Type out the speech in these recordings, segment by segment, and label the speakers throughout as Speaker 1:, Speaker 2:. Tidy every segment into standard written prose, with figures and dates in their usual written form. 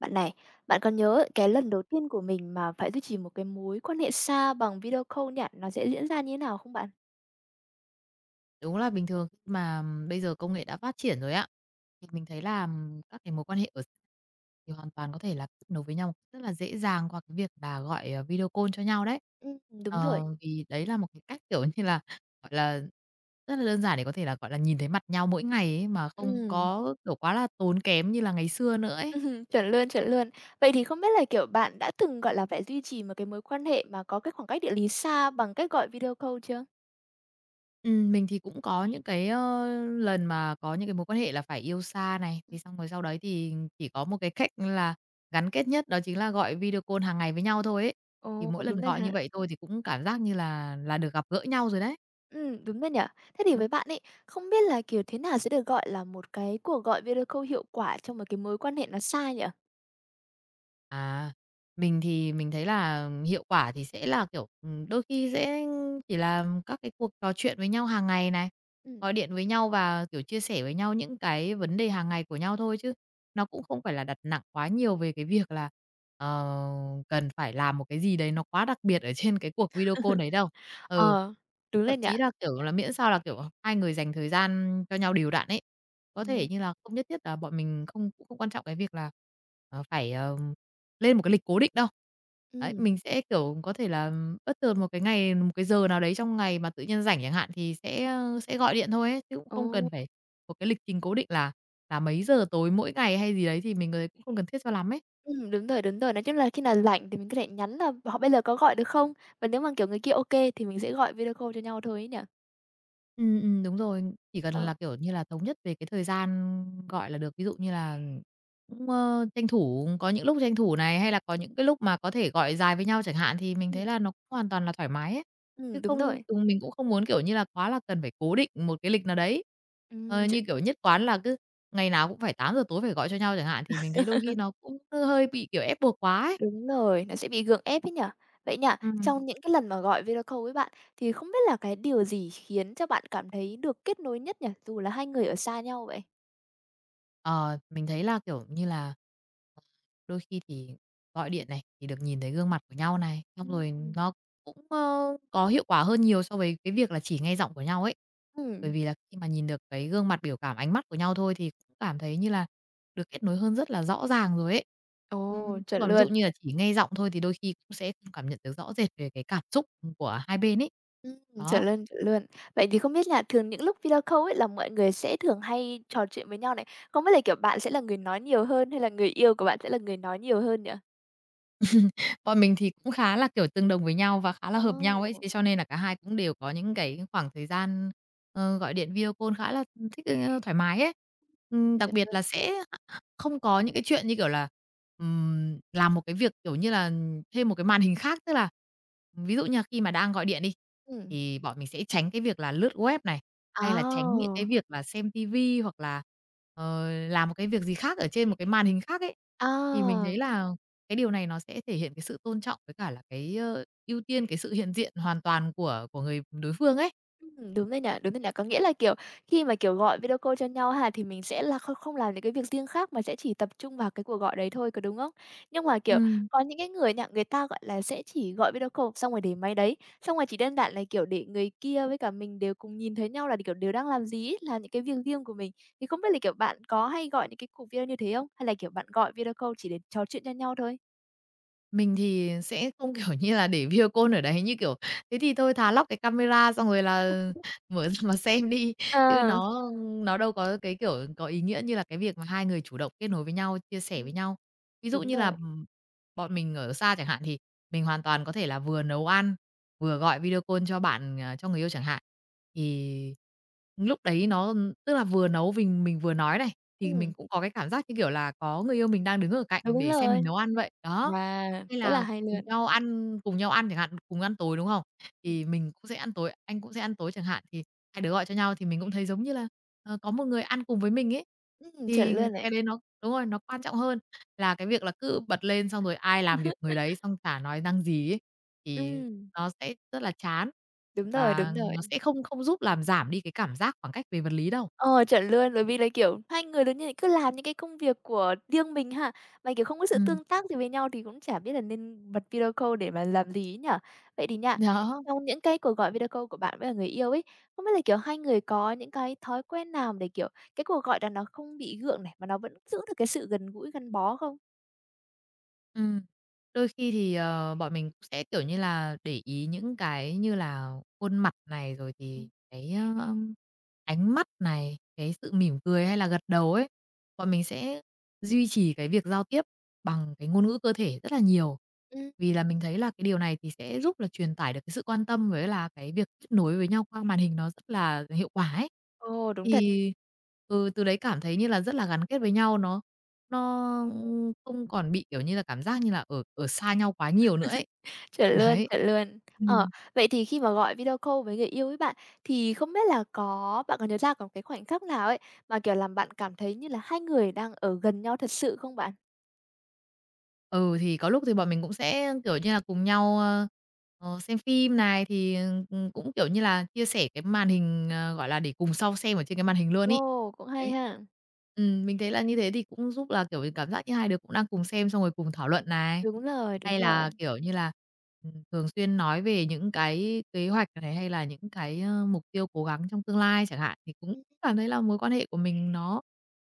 Speaker 1: Bạn này, bạn còn nhớ cái lần đầu tiên của mình mà phải duy trì một cái mối quan hệ xa bằng video call nhỉ? Nó sẽ diễn ra như thế nào không bạn?
Speaker 2: Đúng là bình thường khi mà bây giờ công nghệ đã phát triển rồi á, thì mình thấy là các cái mối quan hệ ở xa thì hoàn toàn có thể là kết nối với nhau một cách rất là dễ dàng qua cái việc là gọi, video call cho nhau đấy.
Speaker 1: Ừm, Đúng rồi.
Speaker 2: Vì đấy là một cái cách, kiểu như là, gọi là, rất là đơn giản để có thể là, gọi là, nhìn thấy mặt nhau mỗi ngày ấy mà không
Speaker 1: Ừm,
Speaker 2: có, kiểu, quá là tốn kém như là ngày xưa nữa ấy.
Speaker 1: chuẩn luôn, chuẩn luôn. Vậy thì không biết là, kiểu, bạn đã từng, gọi là, phải duy trì một cái mối quan hệ mà có cái khoảng cách địa lý xa bằng cách gọi video call chưa?
Speaker 2: Mình thì cũng có những cái, lần mà có những cái mối quan hệ là phải yêu xa này,
Speaker 1: Ừm.
Speaker 2: thì xong rồi sau đấy thì chỉ có một cái cách là gắn kết nhất, đó chính là gọi video call hàng ngày với nhau thôi ấy. Thì
Speaker 1: Ồ,
Speaker 2: mỗi lần
Speaker 1: đúng rồi
Speaker 2: gọi như
Speaker 1: ha.
Speaker 2: vậy thôi thì cũng cảm giác như là được gặp gỡ nhau rồi đấy.
Speaker 1: Đúng rồi nhỉ? Thế thì với bạn ấy, không biết là, kiểu, thế nào sẽ được gọi là một cái cuộc gọi video call hiệu quả trong một cái mối quan hệ nó xa nhỉ?
Speaker 2: À, mình thì mình thấy là hiệu quả thì sẽ là, kiểu, đôi khi sẽ chỉ là các cái cuộc trò chuyện với nhau hàng ngày này,
Speaker 1: Ừm.
Speaker 2: gọi điện với nhau và, kiểu, chia sẻ với nhau những cái vấn đề hàng ngày của nhau thôi chứ nó cũng không phải là đặt nặng quá nhiều về cái việc là, ờ, cần phải làm một cái gì đấy nó quá đặc biệt ở trên cái cuộc video call đấy đâu. Ừ,
Speaker 1: Ờ, đúng rồi
Speaker 2: thậm
Speaker 1: nhỉ?
Speaker 2: chí là, kiểu là, miễn sao là, kiểu, hai người dành thời gian cho nhau đều đặn ấy, có
Speaker 1: Ừm.
Speaker 2: thể như là không nhất thiết là bọn mình không cũng không quan trọng cái việc là, phải, lên một cái lịch cố định đâu. Đấy,
Speaker 1: Ừm,
Speaker 2: mình sẽ, kiểu, có thể là bất thường một cái ngày, một cái giờ nào đấy trong ngày mà tự nhiên rảnh chẳng hạn thì sẽ gọi điện thôi ấy, chứ cũng không
Speaker 1: ồ.
Speaker 2: cần phải có cái lịch trình cố định là mấy giờ tối mỗi ngày hay gì đấy thì mình, cũng không cần thiết cho lắm ấy.
Speaker 1: Đúng rồi, đúng rồi. Nói chung là khi nào rảnh thì mình có thể nhắn là "Họ bây giờ có gọi được không?" Và nếu mà, kiểu, người kia ok thì mình sẽ gọi video call cho nhau thôi ấy nhỉ?
Speaker 2: Đúng rồi. Chỉ cần
Speaker 1: Ờ.
Speaker 2: là, kiểu như là, thống nhất về cái thời gian, gọi là, được. Ví dụ như là cũng, tranh thủ có những lúc tranh thủ này, hay là có những cái lúc mà có thể gọi dài với nhau chẳng hạn, thì mình thấy
Speaker 1: Ừm,
Speaker 2: là nó cũng hoàn toàn là thoải mái ấy. Chứ
Speaker 1: đúng
Speaker 2: không
Speaker 1: rồi.
Speaker 2: mình cũng không muốn, kiểu như là, quá là cần phải cố định một cái lịch nào đấy. Ờ,
Speaker 1: Ch
Speaker 2: như kiểu nhất quán là cứ ngày nào cũng phải tám giờ tối phải gọi cho nhau chẳng hạn, thì mình thấy đôi khi nó cũng hơi bị, kiểu, ép buộc quá ấy.
Speaker 1: Đúng rồi, nó sẽ bị gượng ép ấy nhỉ? Vậy nha,
Speaker 2: Ừm.
Speaker 1: trong những cái lần mà gọi video call với bạn thì không biết là cái điều gì khiến cho bạn cảm thấy được kết nối nhất nhỉ, dù là hai người ở xa nhau vậy?
Speaker 2: Ờ, mình thấy là, kiểu như là, ờ, đôi khi thì gọi điện này, thì được nhìn thấy gương mặt của nhau này, xong rồi
Speaker 1: Ừm.
Speaker 2: nó cũng, có hiệu quả hơn nhiều so với cái việc là chỉ nghe giọng của nhau ấy. Bởi
Speaker 1: Ừm.
Speaker 2: vì là khi mà nhìn được cái gương mặt, biểu cảm, ánh mắt của nhau thôi thì cũng cảm thấy như là được kết nối hơn rất là rõ ràng rồi ấy.
Speaker 1: Ồ,
Speaker 2: Chứ
Speaker 1: chuẩn
Speaker 2: còn ví dụ
Speaker 1: luôn.
Speaker 2: như là chỉ nghe giọng thôi thì đôi khi cũng sẽ không cảm nhận được rõ rệt về cái cảm xúc của hai bên ấy.
Speaker 1: Chuẩn
Speaker 2: Đó.
Speaker 1: luôn, chuẩn luôn. Vậy thì không biết là thường những lúc video call ấy là mọi người sẽ thường hay trò chuyện với nhau này, không biết là, kiểu, bạn sẽ là người nói nhiều hơn hay là người yêu của bạn sẽ là người nói nhiều hơn nhỉ?
Speaker 2: Bọn mình thì cũng khá là, kiểu, tương đồng với nhau và khá là hợp nhau ấy,
Speaker 1: Ồ!
Speaker 2: thế cho nên là cả hai cũng đều có những cái khoảng thời gian, gọi điện video call khá là, thoải mái ấy. Đặc
Speaker 1: Chuẩn
Speaker 2: biệt
Speaker 1: luôn.
Speaker 2: là sẽ không có những cái chuyện như kiểu là, làm một cái việc, kiểu như là, thêm một cái màn hình khác. Tức là ví dụ như là khi mà đang gọi điện đi,
Speaker 1: Ừm.
Speaker 2: thì bọn mình sẽ tránh cái việc là lướt web này, hay là tránh những cái
Speaker 1: Ồ!
Speaker 2: việc là xem ti vi hoặc là, làm một cái việc gì khác ở trên một cái màn hình khác ấy. Thì mình
Speaker 1: À!
Speaker 2: thấy là cái điều này nó sẽ thể hiện cái sự tôn trọng với cả là cái, ưu tiên cái sự hiện diện hoàn toàn của người đối phương ấy.
Speaker 1: Đúng rồi nhỉ, đúng rồi nhỉ. Có nghĩa là, kiểu, khi mà, kiểu, gọi video call cho nhau ha, thì mình sẽ là không không làm những cái việc riêng khác mà sẽ chỉ tập trung vào cái cuộc gọi đấy thôi, có đúng không? Nhưng mà, kiểu,
Speaker 2: Ừm,
Speaker 1: có những cái người nha, người ta, gọi là, sẽ chỉ gọi video call xong rồi để máy đấy, xong rồi chỉ đơn giản là, kiểu, để người kia với cả mình đều cùng nhìn thấy nhau là, kiểu, đều đang làm gì ấy, làm những cái việc riêng của mình. Thì không biết là, kiểu, bạn có hay gọi những cái cuộc video như thế không? Hay là, kiểu, bạn gọi video call chỉ để trò chuyện cho nhau thôi?
Speaker 2: mình thì sẽ không, kiểu như là, để video call ở đấy, như kiểu, thế thì thôi thà lóc cái camera xong rồi là mở ra mà xem đi, chứ
Speaker 1: Ờ.
Speaker 2: nó đâu có cái, kiểu, có ý nghĩa như là cái việc mà hai người chủ động kết nối với nhau, chia sẻ với
Speaker 1: Ừm,
Speaker 2: nhau. Ví dụ
Speaker 1: đúng
Speaker 2: như
Speaker 1: rồi.
Speaker 2: là, bọn mình ở xa chẳng hạn thì mình hoàn toàn có thể là vừa nấu ăn, vừa gọi video call cho bạn, à, cho người yêu chẳng hạn. Thì lúc đấy tức là vừa nấu mình vừa nói này, thì mình
Speaker 1: Ừm.
Speaker 2: cũng có cái cảm giác, như kiểu là, có người yêu mình đang đứng ở cạnh
Speaker 1: Đúng
Speaker 2: để xem
Speaker 1: rồi.
Speaker 2: mình nấu ăn vậy. Đó,
Speaker 1: Wow,
Speaker 2: hay
Speaker 1: rất là
Speaker 2: là
Speaker 1: hay
Speaker 2: cùng
Speaker 1: luôn.
Speaker 2: nhau ăn cùng nhau ăn chẳng hạn, cùng ăn tối, đúng không?
Speaker 1: Ừm.
Speaker 2: Thì mình cũng sẽ ăn tối, anh cũng sẽ ăn tối chẳng hạn, thì hai đứa gọi cho nhau thì mình cũng thấy giống như là, có một người ăn cùng với mình ấy.
Speaker 1: Chuẩn
Speaker 2: Thì
Speaker 1: luôn này.
Speaker 2: cái đấy nó đúng rồi, nó quan trọng hơn là cái việc là cứ bật lên xong rồi ai làm việc người đấy, xong chả nói năng gì ấy, thì
Speaker 1: Ừm,
Speaker 2: nó sẽ rất là chán
Speaker 1: đúng rồi, đúng
Speaker 2: và
Speaker 1: rồi.
Speaker 2: nó sẽ không không giúp làm giảm đi cái cảm giác khoảng cách về vật lý đâu.
Speaker 1: Ờ, chuẩn luôn, bởi vì là, kiểu, hai người lớn như này cứ làm những cái công việc của riêng mình ha, mà, kiểu, không có sự
Speaker 2: Ừm,
Speaker 1: tương tác gì với nhau thì cũng chả biết là nên bật video call để mà làm gì ấy nhỉ? Vậy thì nha,
Speaker 2: đó,
Speaker 1: trong những cái cuộc gọi video call của bạn với cả người yêu ấy, không biết là, kiểu, hai người có những cái thói quen nào để, kiểu, cái cuộc gọi đó nó không bị gượng này, mà nó vẫn giữ được cái sự gần gũi, gắn bó không?
Speaker 2: ừm. Đôi khi thì, bọn mình cũng sẽ, kiểu như là, để ý những cái như là khuôn mặt này, rồi
Speaker 1: Ừm,
Speaker 2: thì cái, ánh mắt này, cái sự mỉm cười hay là gật đầu ấy. Bọn mình sẽ duy trì cái việc giao tiếp bằng cái ngôn ngữ cơ thể rất là nhiều,
Speaker 1: ừm,
Speaker 2: vì là mình thấy là cái điều này thì sẽ giúp là truyền tải được cái sự quan tâm với là cái việc kết nối với nhau qua màn hình nó rất là hiệu quả ấy.
Speaker 1: Ồ, đúng thật.
Speaker 2: Thì từ đấy cảm thấy như là rất là gắn kết với nhau, Nó, không còn bị, kiểu như là, cảm giác như là ở ở xa nhau quá nhiều nữa ấy.
Speaker 1: Chuẩn luôn,
Speaker 2: Đấy.
Speaker 1: chuẩn luôn. Ờ,
Speaker 2: Ừm.
Speaker 1: vậy thì khi mà gọi video call với người yêu ấy bạn, thì không biết là bạn có nhớ ra có cái khoảnh khắc nào ấy, mà, kiểu, làm bạn cảm thấy như là hai người đang ở gần nhau thật sự không bạn?
Speaker 2: Ừ, thì có lúc thì bọn mình cũng sẽ, kiểu như là, cùng nhau, xem phim này, thì, cũng, kiểu như là, chia sẻ cái màn hình, gọi là, để cùng sau xem ở trên cái màn hình luôn ấy.
Speaker 1: Ồ, cũng hay
Speaker 2: Đấy.
Speaker 1: ha.
Speaker 2: Mình thấy là như thế thì cũng giúp là, kiểu, cảm giác như hai đứa cũng đang cùng xem xong rồi cùng thảo luận này.
Speaker 1: Đúng rồi, đúng
Speaker 2: Hay là,
Speaker 1: rồi.
Speaker 2: kiểu như là, thường xuyên nói về những cái kế hoạch này, hay là những cái, mục tiêu cố gắng trong tương lai chẳng hạn, thì cũng
Speaker 1: Ừm,
Speaker 2: cảm thấy là mối quan hệ của mình nó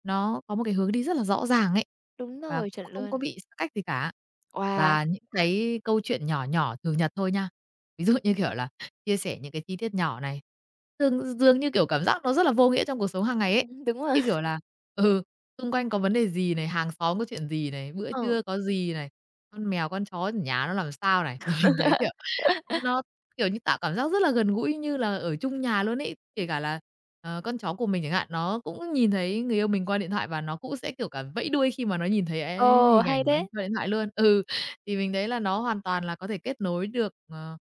Speaker 2: nó có một cái hướng đi rất là rõ ràng ấy,
Speaker 1: đúng
Speaker 2: và
Speaker 1: rồi, chuẩn
Speaker 2: cũng không có
Speaker 1: luôn.
Speaker 2: bị xa cách gì cả.
Speaker 1: Wow!
Speaker 2: Và những cái câu chuyện nhỏ nhỏ thường nhật thôi nha, ví dụ như, kiểu là, chia sẻ những cái chi tiết nhỏ này, dường dường như, kiểu, cảm giác nó rất là vô nghĩa trong cuộc sống hàng ngày ấy.
Speaker 1: Đúng
Speaker 2: Như
Speaker 1: rồi.
Speaker 2: kiểu là, ừ, xung quanh có vấn đề gì này, hàng xóm có chuyện gì này, bữa
Speaker 1: Ờ.
Speaker 2: trưa có gì này, con mèo, con chó ở nhà nó làm sao này, thì mình thấy, kiểu, nó Kiểu như, tạo cảm giác rất là gần gũi như là ở chung nhà luôn ấy. Kể
Speaker 1: Ừm.
Speaker 2: cả là, con chó của mình chẳng hạn, nó cũng nhìn thấy người yêu mình qua điện thoại và nó cũng sẽ, kiểu, cả vẫy đuôi khi mà nó nhìn thấy ấy
Speaker 1: Ồ,
Speaker 2: hình ảnh
Speaker 1: hay
Speaker 2: của mình
Speaker 1: đấy!
Speaker 2: qua điện thoại luôn. Ừ, thì mình thấy là nó hoàn toàn là có thể kết nối được, ờ,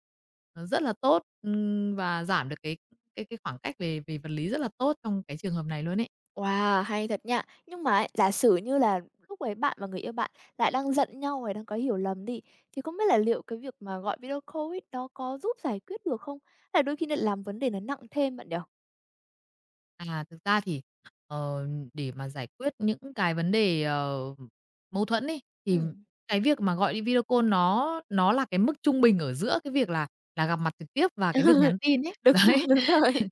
Speaker 2: ờ, rất là tốt, và giảm được cái khoảng cách về về vật lý rất là tốt trong cái trường hợp này luôn ấy.
Speaker 1: Wow, hay thật nha. Nhưng mà ấy, giả sử như là lúc ấy bạn và người yêu bạn lại đang giận nhau rồi đang có hiểu lầm đi, thì không biết là liệu cái việc mà gọi video call ấy, nó có giúp giải quyết được không? Hay là đôi khi lại làm vấn đề nó nặng thêm bạn nhỉ?
Speaker 2: À, thực ra thì, ờ, để mà giải quyết những cái vấn đề, mâu thuẫn ấy, thì
Speaker 1: Ừ,
Speaker 2: cái việc mà gọi đi video call nó là cái mức trung bình ở giữa cái việc là gặp mặt trực tiếp và cái việc nhắn tin ấy,
Speaker 1: đúng rồi,
Speaker 2: đấy.
Speaker 1: đúng rồi.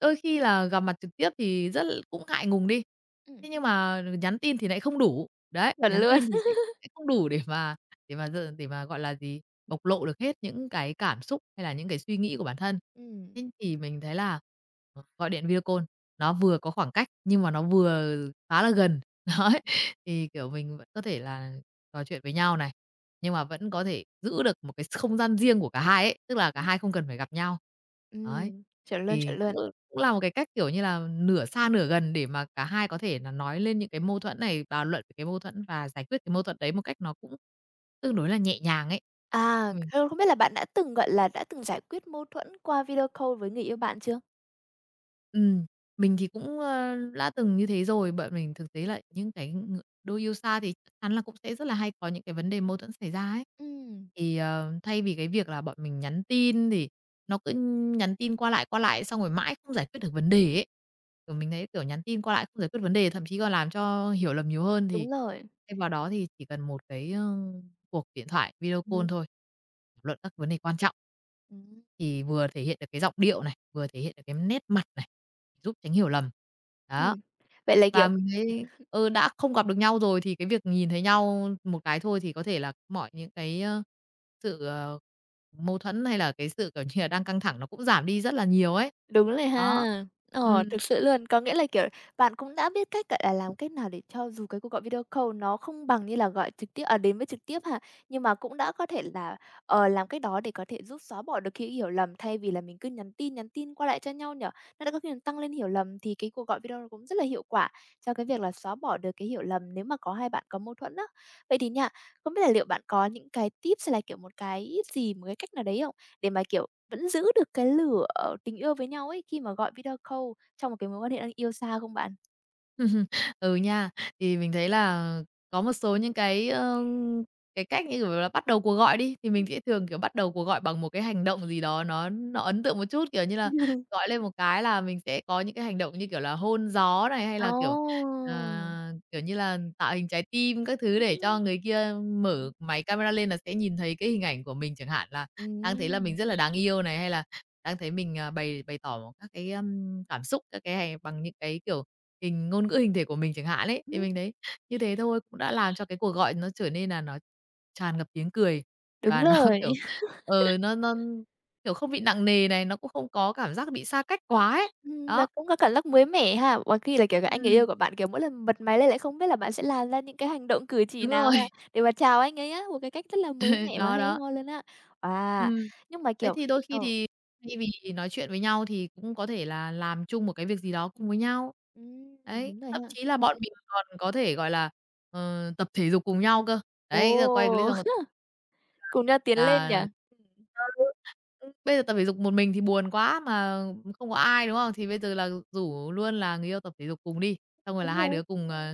Speaker 2: Đôi khi là gặp mặt trực tiếp thì rất l cũng ngại ngùng đi,
Speaker 1: Ừm.
Speaker 2: thế nhưng mà nhắn tin thì nại không đủ. Đấy,
Speaker 1: Chuẩn
Speaker 2: nhắn
Speaker 1: luôn.
Speaker 2: tin thì sẽ không đủ để mà d để mà, gọi là gì, bộc lộ được hết những cái cảm xúc hay là những cái suy nghĩ của bản thân.
Speaker 1: Ừ,
Speaker 2: Thế thì mình thấy là, gọi điện video call nó vừa có khoảng cách nhưng mà nó vừa khá là gần. Đấy, thì, kiểu, mình vẫn có thể là trò chuyện với nhau này, nhưng mà vẫn có thể giữ được một cái không gian riêng của cả hai ấy, tức là cả
Speaker 1: ừm.
Speaker 2: hai không cần phải gặp nhau. Đấy,
Speaker 1: Chuẩn luôn, chuẩn
Speaker 2: thì cũng
Speaker 1: luôn.
Speaker 2: cũng là một cái cách, kiểu như là, nửa xa nửa gần để mà cả hai có thể là nói lên những cái mâu thuẫn này, bàn luận về cái mâu thuẫn và giải quyết cái mâu thuẫn đấy một cách nó cũng tương đối là nhẹ nhàng ấy. Đấy,
Speaker 1: À, ờ, không biết là bạn đã từng, gọi là, đã từng giải quyết mâu thuẫn qua video call với người yêu bạn chưa?
Speaker 2: Ừm, mình thì cũng, đã từng như thế rồi, bởi mình thực tế là những cái đôi yêu xa thì chắc chắn là cũng sẽ rất là hay có những cái vấn đề mâu thuẫn xảy ra ấy.
Speaker 1: Ừ,
Speaker 2: Thì, thay vì cái việc là bọn mình nhắn tin thì nó cứ nhắn tin qua lại xong rồi mãi không giải quyết được vấn đề ấy. Kiểu, mình thấy, kiểu, nhắn tin qua lại không giải quyết vấn đề, thậm chí còn làm cho hiểu lầm nhiều hơn, thì
Speaker 1: đúng rồi.
Speaker 2: thay vào đó thì chỉ cần một cái, cuộc điện thoại video call
Speaker 1: Ừ,
Speaker 2: thôi, thảo luận các vấn đề quan trọng.
Speaker 1: ừm.
Speaker 2: Thì vừa thể hiện được cái giọng điệu này, vừa thể hiện được cái nét mặt này, giúp tránh hiểu lầm. Đó.
Speaker 1: Ừm. Vậy là,
Speaker 2: Và
Speaker 1: kiểu,
Speaker 2: mình thấy đã không gặp được nhau rồi thì cái việc nhìn thấy nhau một cái thôi thì có thể là mọi những cái, sự, mâu thuẫn hay là cái sự, kiểu như là, đang căng thẳng nó cũng giảm đi rất là nhiều ấy.
Speaker 1: đúng rồi
Speaker 2: Đó.
Speaker 1: ha. Ờ,
Speaker 2: Ừ.
Speaker 1: thực sự luôn. Có nghĩa là, kiểu, bạn cũng đã biết cách, gọi là, làm cách nào để cho dù cái cuộc gọi video call nó không bằng như là gọi trực tiếp à, đến với trực tiếp ha, nhưng mà cũng đã có thể là, ờ, làm cách đó để có thể giúp xóa bỏ được cái hiểu lầm thay vì là mình cứ nhắn tin qua lại cho nhau nhỉ? Nó đã có khi là tăng lên hiểu lầm thì cái cuộc gọi video nó cũng rất là hiệu quả cho cái việc là xóa bỏ được cái hiểu lầm nếu mà có hai bạn có mâu thuẫn á. Vậy thì nha, không biết là liệu bạn có những cái tips hay là, kiểu, một cái gì, một cái cách nào đấy không? Để mà, kiểu, vẫn giữ được cái lửa ờ, tình yêu với nhau ấy, khi mà gọi video call trong một cái mối quan hệ đang yêu xa không bạn?
Speaker 2: Ừ nha, thì mình thấy là có một số những cái, cái cách như, kiểu là, bắt đầu cuộc gọi đi, thì
Speaker 1: Ừm.
Speaker 2: mình sẽ thường, kiểu, bắt đầu cuộc gọi bằng một cái hành động gì đó nó ấn tượng một chút, kiểu như là, gọi lên một cái là mình sẽ có những cái hành động như, kiểu là, hôn gió này, hay là,
Speaker 1: Ồ!
Speaker 2: kiểu, kiểu như là, tạo hình trái tim các thứ để
Speaker 1: Ừm.
Speaker 2: cho người kia
Speaker 1: Ừm.
Speaker 2: mở máy camera lên là sẽ nhìn thấy cái hình ảnh của mình chẳng hạn, là đang thấy là
Speaker 1: Ừm.
Speaker 2: mình rất là đáng yêu này, hay là đang thấy mình, à, bày bày tỏ các cái, cảm xúc, các cái hành bằng những cái, kiểu hình ngôn ngữ hình thể của mình chẳng hạn ấy, thì mình thấy như thế thôi cũng đã làm cho cái cuộc gọi nó trở nên là nó tràn ngập tiếng cười
Speaker 1: Đúng
Speaker 2: và nó,
Speaker 1: rồi.
Speaker 2: kiểu, nó, kiểu, không bị nặng nề này, nó cũng không có cảm giác bị xa cách quá ấy.
Speaker 1: Là
Speaker 2: Đó.
Speaker 1: cũng có cảm giác mới mẻ ha. Có khi là, kiểu, cái anh người yêu
Speaker 2: Ừm.
Speaker 1: của bạn, kiểu, mỗi lần bật máy lên lại không biết là bạn sẽ làm ra những cái hành động cử chỉ
Speaker 2: Đúng
Speaker 1: nào ha,
Speaker 2: rồi.
Speaker 1: để mà chào anh ấy á, một cái cách rất là mới mẻ và
Speaker 2: Đó,
Speaker 1: hay
Speaker 2: đó.
Speaker 1: ho luôn á. À,
Speaker 2: Ừm.
Speaker 1: nhưng mà,
Speaker 2: Đấy,
Speaker 1: kiểu,
Speaker 2: thì
Speaker 1: khi
Speaker 2: đôi khi
Speaker 1: ờ,
Speaker 2: thì thay vì nói chuyện với nhau thì cũng có thể là làm chung một cái việc gì đó cùng với nhau.
Speaker 1: ừm,
Speaker 2: Đấy,
Speaker 1: đúng rồi
Speaker 2: thậm
Speaker 1: ha.
Speaker 2: chí là bọn mình còn có thể, gọi là, tập thể dục cùng nhau cơ.
Speaker 1: Ồ!
Speaker 2: Đấy, giờ quay clip xong còn
Speaker 1: Cùng nhau tiến lên
Speaker 2: là
Speaker 1: nhỉ?
Speaker 2: ừ, bây giờ tập thể dục một mình thì buồn quá mà không có ai, đúng không? Thì bây giờ là rủ luôn là người yêu tập thể dục cùng đi, xong rồi
Speaker 1: Đúng
Speaker 2: là hai
Speaker 1: rồi.
Speaker 2: đứa cùng,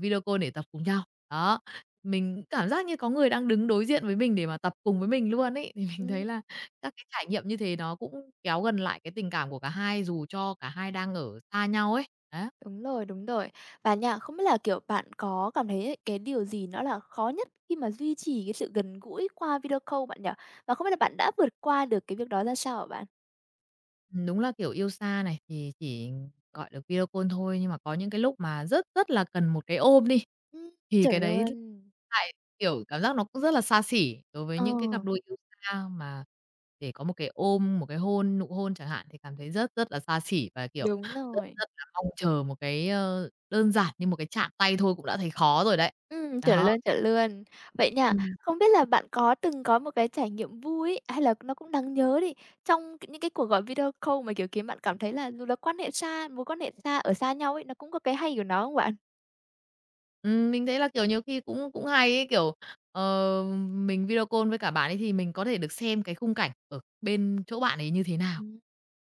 Speaker 2: video call để tập cùng nhau. Đó. Mình cảm giác như có người đang đứng đối diện với mình để mà tập cùng với mình luôn ấy, thì mình
Speaker 1: Ừm.
Speaker 2: thấy là các cái trải nghiệm như thế nó cũng kéo gần lại cái tình cảm của cả hai dù cho cả hai đang ở xa nhau ấy. Á.
Speaker 1: Đúng rồi, đúng rồi. Và nha, không biết là, kiểu, bạn có cảm thấy cái điều gì nó là khó nhất khi mà duy trì cái sự gần gũi qua video call bạn nhỉ? Và không biết là bạn đã vượt qua được cái việc đó ra sao hả bạn?
Speaker 2: Đúng là, kiểu, yêu xa này thì chỉ gọi được video call thôi, nhưng mà có những cái lúc mà rất rất là cần một cái ôm đi,
Speaker 1: Ừm.
Speaker 2: thì
Speaker 1: Chuẩn
Speaker 2: cái đấy
Speaker 1: luôn.
Speaker 2: lại, kiểu, cảm giác nó cũng rất là xa xỉ đối với
Speaker 1: Ờ,
Speaker 2: những cái cặp đôi yêu xa mà để có một cái ôm, một cái hôn, nụ hôn chẳng hạn thì cảm thấy rất rất là xa xỉ và, kiểu,
Speaker 1: đúng
Speaker 2: rất
Speaker 1: rồi.
Speaker 2: rất là mong chờ một cái, đơn giản như một cái chạm tay thôi cũng đã thấy khó rồi đấy.
Speaker 1: Chuẩn luôn,
Speaker 2: Đó,
Speaker 1: chuẩn luôn. Vậy nha,
Speaker 2: ừm.
Speaker 1: không biết là bạn có từng có một cái trải nghiệm vui hay là nó cũng đáng nhớ đi, trong những cái cuộc gọi video call mà, kiểu, khiến bạn cảm thấy là dù là quan hệ xa mối quan hệ xa ở xa nhau ấy, nó cũng có cái hay của nó không bạn?
Speaker 2: Mình thấy là, kiểu, nhiều khi cũng cũng hay ấy, kiểu, ờ, mình video call với cả bạn ấy thì mình có thể được xem cái khung cảnh ở bên chỗ bạn ấy như thế nào.
Speaker 1: Ừm,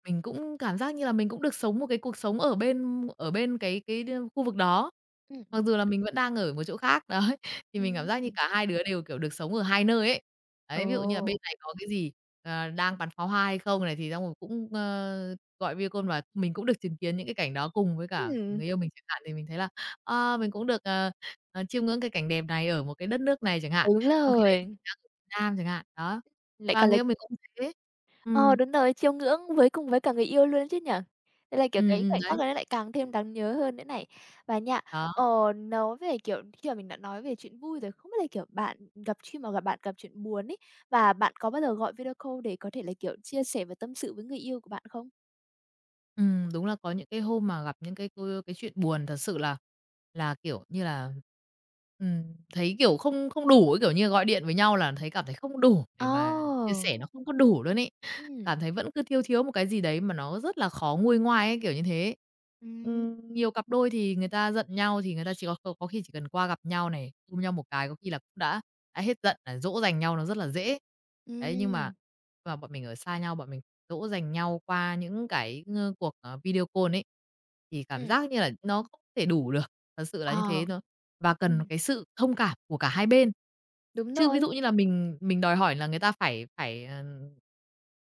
Speaker 2: Mình cũng cảm giác như là mình cũng được sống một cái cuộc sống ở bên cái khu vực đó, mặc dù là mình vẫn đang ở một chỗ khác, đấy. Thì mình cảm
Speaker 1: ừm,
Speaker 2: giác như
Speaker 1: ừm.
Speaker 2: cả hai đứa đều, kiểu, được sống ở hai nơi ấy. Đấy, ví dụ như là bên
Speaker 1: Ồ.
Speaker 2: này có cái gì, đang bắn pháo hoa hay không này, thì xong rồi cũng, gọi video call và mình cũng được chứng kiến những cái cảnh đó cùng với cả
Speaker 1: Ừm,
Speaker 2: người yêu mình chẳng hạn, thì mình thấy là, a, mình cũng được, chiêm ngưỡng cái cảnh đẹp này ở một cái đất nước này chẳng hạn,
Speaker 1: đúng
Speaker 2: trong khi đấy mình
Speaker 1: rồi,
Speaker 2: đang ở Việt Nam chẳng hạn, đó.
Speaker 1: lại
Speaker 2: Và
Speaker 1: còn
Speaker 2: người
Speaker 1: là
Speaker 2: yêu mình cũng thế.
Speaker 1: ờ,
Speaker 2: Ừm,
Speaker 1: đúng rồi, chiêu ngưỡng với cùng với cả người yêu luôn ấy chứ nhỉ? Thế là, kiểu, cái khoảnh khắc
Speaker 2: đấy,
Speaker 1: đấy nó lại càng thêm đáng nhớ hơn nữa này. Và nha,
Speaker 2: đó.
Speaker 1: ờ, nói về, kiểu, khi mà mình đã nói về chuyện vui rồi, không biết là, kiểu, bạn gặp khi mà gặp bạn gặp chuyện buồn ấy, và bạn có bao giờ gọi video call để có thể là, kiểu, chia sẻ và tâm sự với người yêu của bạn không?
Speaker 2: Đúng là có những cái hôm mà gặp những cái cái chuyện buồn thật sự là, kiểu như là, ừm, thấy, kiểu, không không đủ ấy, kiểu như, gọi điện với nhau là cảm thấy không đủ để mà chia
Speaker 1: Ồ!
Speaker 2: sẻ, nó không có đủ luôn ấy.
Speaker 1: Ừm.
Speaker 2: Cảm thấy vẫn cứ thiếu thiếu một cái gì đấy mà nó rất là khó nguôi ngoai ấy, kiểu như thế.
Speaker 1: Ừm,
Speaker 2: Nhiều cặp đôi thì người ta giận nhau thì người ta chỉ có khi chỉ cần qua gặp nhau này, ôm nhau một cái có khi là cũng đã hết giận, là dỗ dành nhau nó rất là dễ. Đấy, nhưng
Speaker 1: ừm,
Speaker 2: mà bọn mình ở xa nhau, bọn mình dỗ dành nhau qua những cái, cuộc, video call ấy, thì cảm
Speaker 1: ừm,
Speaker 2: giác như là nó không thể đủ được, thật sự là như
Speaker 1: ờ,
Speaker 2: thế nó và cần
Speaker 1: ừm,
Speaker 2: cái sự thông cảm của cả hai bên.
Speaker 1: đúng
Speaker 2: Chứ ví
Speaker 1: rồi,
Speaker 2: dụ như là mình đòi hỏi là người ta phải phải, ờ,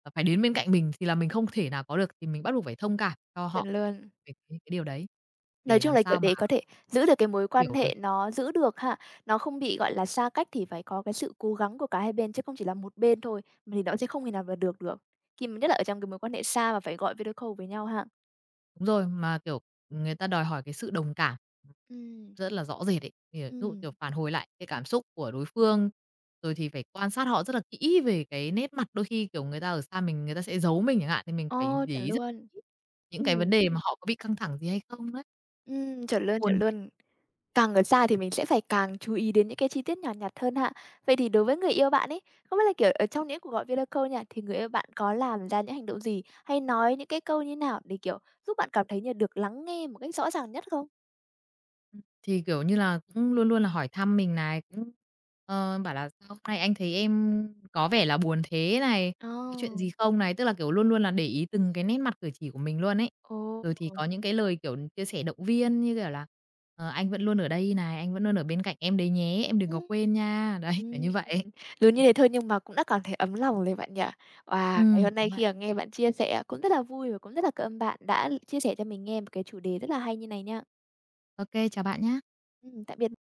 Speaker 2: ờ, phải đến bên cạnh mình thì là mình không thể nào có được, thì mình bắt buộc phải thông cảm cho
Speaker 1: chuẩn
Speaker 2: họ
Speaker 1: luôn.
Speaker 2: về cái điều đấy,
Speaker 1: Nói
Speaker 2: để
Speaker 1: chung
Speaker 2: làm
Speaker 1: là, kiểu,
Speaker 2: sao mà
Speaker 1: để có thể giữ được cái mối quan
Speaker 2: hiểu được.
Speaker 1: hệ nó giữ được ha, nó không bị, gọi là, xa cách thì phải có cái sự cố gắng của cả hai bên chứ không chỉ là một bên thôi, mà thì nó sẽ không thể nào mà được được, khi mà nhất là ở trong cái mối quan hệ xa mà phải gọi video call với nhau ha.
Speaker 2: Đúng rồi, mà, kiểu, người ta đòi hỏi cái sự đồng cảm
Speaker 1: Ừm.
Speaker 2: rất là rõ rệt ấy. Thì, ví dụ,
Speaker 1: Ừm.
Speaker 2: kiểu, phản hồi lại cái cảm xúc của đối phương, rồi thì phải quan sát họ rất là kỹ về cái nét mặt. Đôi khi, kiểu, người ta ở xa mình, người ta sẽ giấu mình chẳng hạn, thì mình
Speaker 1: Ồ,
Speaker 2: phải để
Speaker 1: chuẩn
Speaker 2: ý rất
Speaker 1: luôn.
Speaker 2: kỹ những cái vấn
Speaker 1: Ừm,
Speaker 2: đề mà họ có bị căng thẳng gì hay không đấy,
Speaker 1: chuẩn luôn, chuẩn
Speaker 2: buồn.
Speaker 1: luôn. Càng ở xa thì mình sẽ phải càng chú ý đến những cái chi tiết nhỏ nhặt hơn ha. Vậy thì đối với người yêu bạn ấy, không biết là, kiểu, ở trong những cuộc gọi video call nha, thì người yêu bạn có làm ra những hành động gì, hay nói những cái câu như nào để, kiểu, giúp bạn cảm thấy như được lắng nghe một cách rõ ràng nhất không?
Speaker 2: Thì, kiểu như là, cũng luôn luôn là hỏi thăm mình này, cũng, bảo là "Sao hôm nay anh thấy em có vẻ là buồn thế?" này,
Speaker 1: Ờ,
Speaker 2: "Có chuyện gì không?" này, tức là, kiểu, luôn luôn là để ý từng cái nét mặt cử chỉ của mình luôn ấy.
Speaker 1: ồ,
Speaker 2: Rồi thì có những cái lời, kiểu, chia sẻ động viên như kiểu là "Ờ, anh vẫn luôn ở đây" này, "Anh vẫn luôn ở bên cạnh em đấy nhé, em đừng có
Speaker 1: ừm.
Speaker 2: quên nha." Đấy, kiểu
Speaker 1: Ừm,
Speaker 2: như vậy.
Speaker 1: lớn như thế thôi nhưng mà cũng đã cảm thấy ấm lòng rồi bạn nhỉ? Và ngày hôm
Speaker 2: Đúng
Speaker 1: nay
Speaker 2: vậy.
Speaker 1: khi mà nghe bạn chia sẻ cũng rất là vui và cũng rất là cảm ơn bạn đã chia sẻ cho mình nghe một cái chủ đề rất là hay như này nha.
Speaker 2: OK, chào bạn nhé.
Speaker 1: Tạm biệt.